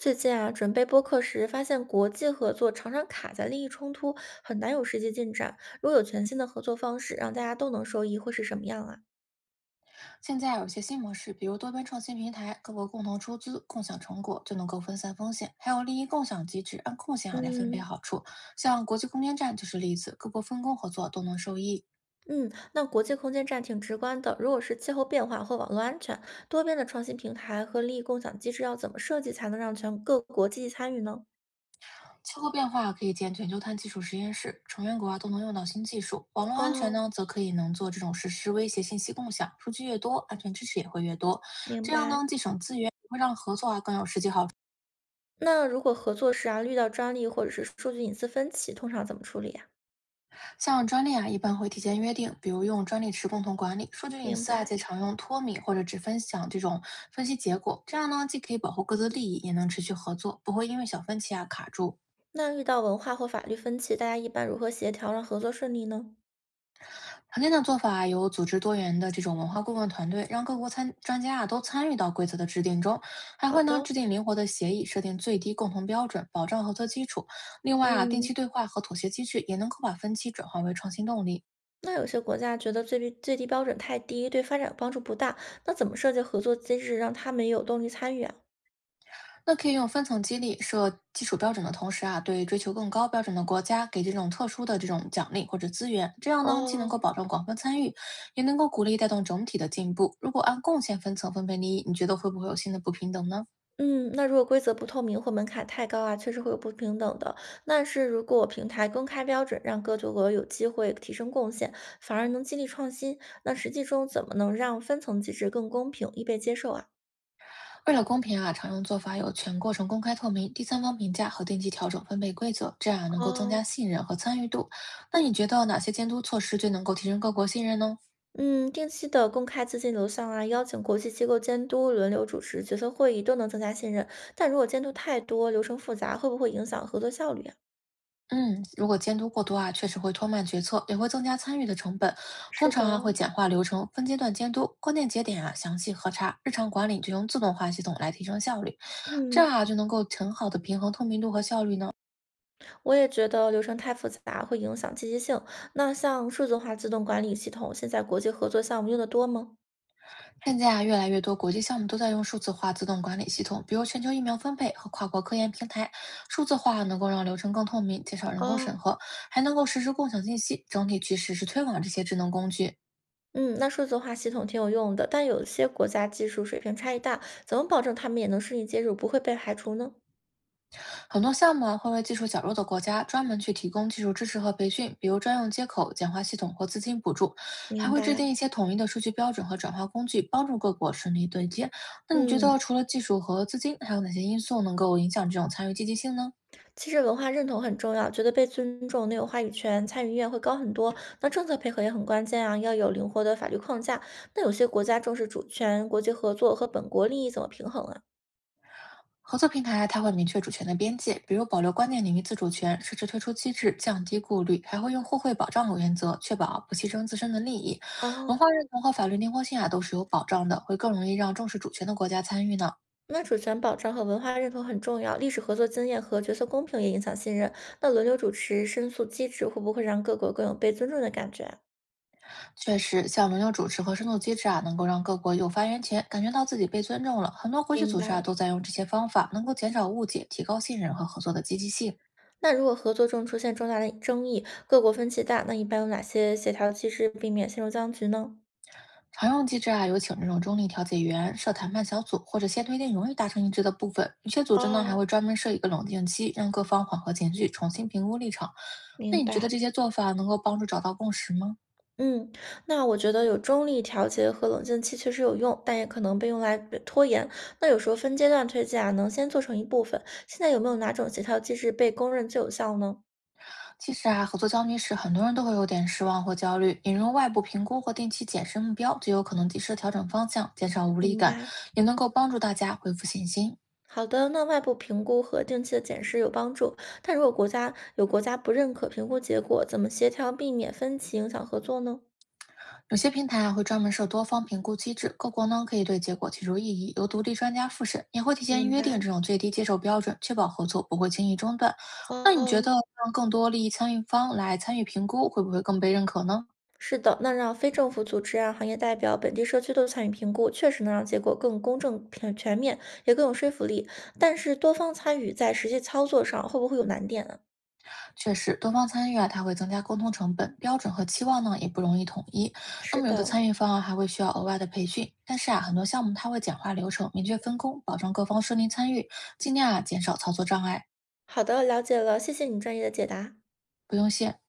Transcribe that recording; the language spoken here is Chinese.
最近啊，准备播客时发现国际合作常常卡在利益冲突，很难有实际进展。如果有全新的合作方式，让大家都能受益，会是什么样啊？现在有些新模式，比如多边创新平台，各国共同出资、共享成果，就能够分散风险；还有利益共享机制，按贡献啊来分配嗯好处。像国际空间站就是例子，各国分工合作都能受益。嗯，那国际空间站挺直观的。如果是气候变化或网络安全，多边的创新平台和利益共享机制要怎么设计才能让全各国积极参与呢？气候变化可以建全球碳技术实验室，成员国啊都能用到新技术。网络安全哦，呢，则可以能做这种实施威胁信息共享，数据越多，安全知识也会越多。明这样白。呢，既省资源，也会让合作啊更有实际好处。那如果合作时啊遇到专利或者是数据隐私分歧，通常怎么处理呀、像专利啊，一般会提前约定，比如用专利池共同管理。数据隐明私啊，白。则常用脱敏或者只分享这种分析结果。这样呢，既可以保护各自利益，也能持续合作，不会因为小分歧啊卡住。那遇到文化或法律分歧，大家一般如何协调让合作顺利呢？常见的做法啊有组织多元的这种文化顾问团队，让各国参专家啊都参与到规则的制定中，还好会呢的，制定灵活的协议，设定最低共同标准，保障合作基础。另外啊，定嗯，期对话和妥协机制也能够把分歧转化为创新动力。那有些国家觉得最低标准太低，对发展帮助不大，那怎么设计合作机制让他们也有动力参与啊？那可以用分层激励，设基础标准的同时啊，对追求更高标准的国家给这种特殊的奖励或者资源，这样呢既能够哦，保证广泛参与，也能够鼓励带动整体的进步。如果按贡献分层分配利益，你觉得会不会有新的不平等呢？嗯，那如果规则不透明或门槛太高啊，确实会有不平等的。但是如果平台公开标准，让各国有机会提升贡献，反而能激励创新，那实际中怎么能让分层机制更公平，易被接受啊？为了公平啊，常用做法有全过程公开透明、第三方评价和定期调整分配规则，这样啊能够增加哦，信任和参与度。那你觉得哪些监督措施最能够提升各国信任呢？嗯，定期的公开资金流向啊，邀请国际机构监督，轮流主持决策会议，都能增加信任。但如果监督太多，流程复杂，会不会影响合作效率啊？嗯，如果监督过多啊，确实会拖慢决策，也会增加参与的成本。通是的，常啊，会简化流程，分阶段监督，关键节点啊详细核查，日常管理就用自动化系统来提升效率，这嗯，样啊就能够很好的平衡透明度和效率呢。我也觉得流程太复杂会影响积极性。那像数字化自动管理系统，现在国际合作项目用的多吗？现在啊，越来越多国际项目都在用数字化自动管理系统，比如全球疫苗分配和跨国科研平台。数字化能够让流程更透明，减少人工审哦，核，还能够实时共享信息，整体趋势是推广这些智能工具。嗯，那数字化系统挺有用的，但有些国家技术水平差异大，怎么保证他们也能顺利接入，不会被排除呢？很多项目啊会为技术较弱的国家专门去提供技术支持和培训，比如专用接口、简化系统或资金补助，还明会制白，定一些统一的数据标准和转化工具，帮助各国顺利对接。那你觉嗯。得除了技术和资金，还有哪些因素能够影响这种参与积极性呢？其实文化认同很重要，觉得被尊重、能有话语权、参与意愿会高很多。那政策配合也很关键啊，要有灵活的法律框架。那有些国家重视主权、国际合作和本国利益怎么平衡啊？合作平台啊它会明确主权的边界，比如保留关键领域自主权，设置退出机制，降低顾虑，还会用互惠保障原则，确保不牺牲自身的利益。文化哦，认同和法律灵活性啊都是有保障的，会更容易让重视主权的国家参与呢。那主权保障和文化认同很重要，历史合作经验和角色公平也影响信任。那轮流主持申诉机制会不会让各国更有被尊重的感觉啊确实，像轮流主持和深度机制啊，能够让各国有发言权，感觉到自己被尊重了。很多国际明组织啊白。都在用这些方法，能够减少误解，提高信任和合作的积极性。那如果合作中出现重大的争议，各国分歧大，那一般有哪些协调机制避免陷入僵局呢？常用机制啊，有请这种中立调解员、设谈判小组，或者先推定容易达成一致的部分。有些组织呢还哦，会专门设一个冷静期，让各方缓和情绪，重新评估立场。那明你觉得白。这些做法能够帮助找到共识吗？嗯，那我觉得有中立调节和冷静期确实有用，但也可能被用来拖延。那有时候分阶段推荐啊，能先做成一部分。现在有没有哪种协调机制被公认最有效呢？其实啊，合作焦虑时，很多人都会有点失望或焦虑。引入外部评估或定期检视目标，就有可能及时调整方向，减少无力明感，白，也能够帮助大家恢复信心。好的，那外部评估和定期的检视有帮助，但如果国家不认可评估结果，怎么协调避免分歧影响合作呢？有些平台啊会专门设多方评估机制，各国呢可以对结果提出异议，由独立专家复审，也会提前明约定白。这种最低接受标准，确保合作不会轻易中断。那你觉哦，得让更多利益参与方来参与评估，会不会更被认可呢？是的，那让非政府组织啊、行业代表、本地社区都参与评估，确实能让结果更公正、全面，也更有说服力。但是多方参与在实际操作上会不会有难点呢？确实，多方参与啊，它会增加沟通成本，标准和期望呢也不容易统一。那是么有的的，参与方啊还会需要额外的培训，但是啊，很多项目它会简化流程，明确分工，保证各方顺利参与，尽量啊减少操作障碍。好的，了解了，谢谢你专业的解答。不用谢。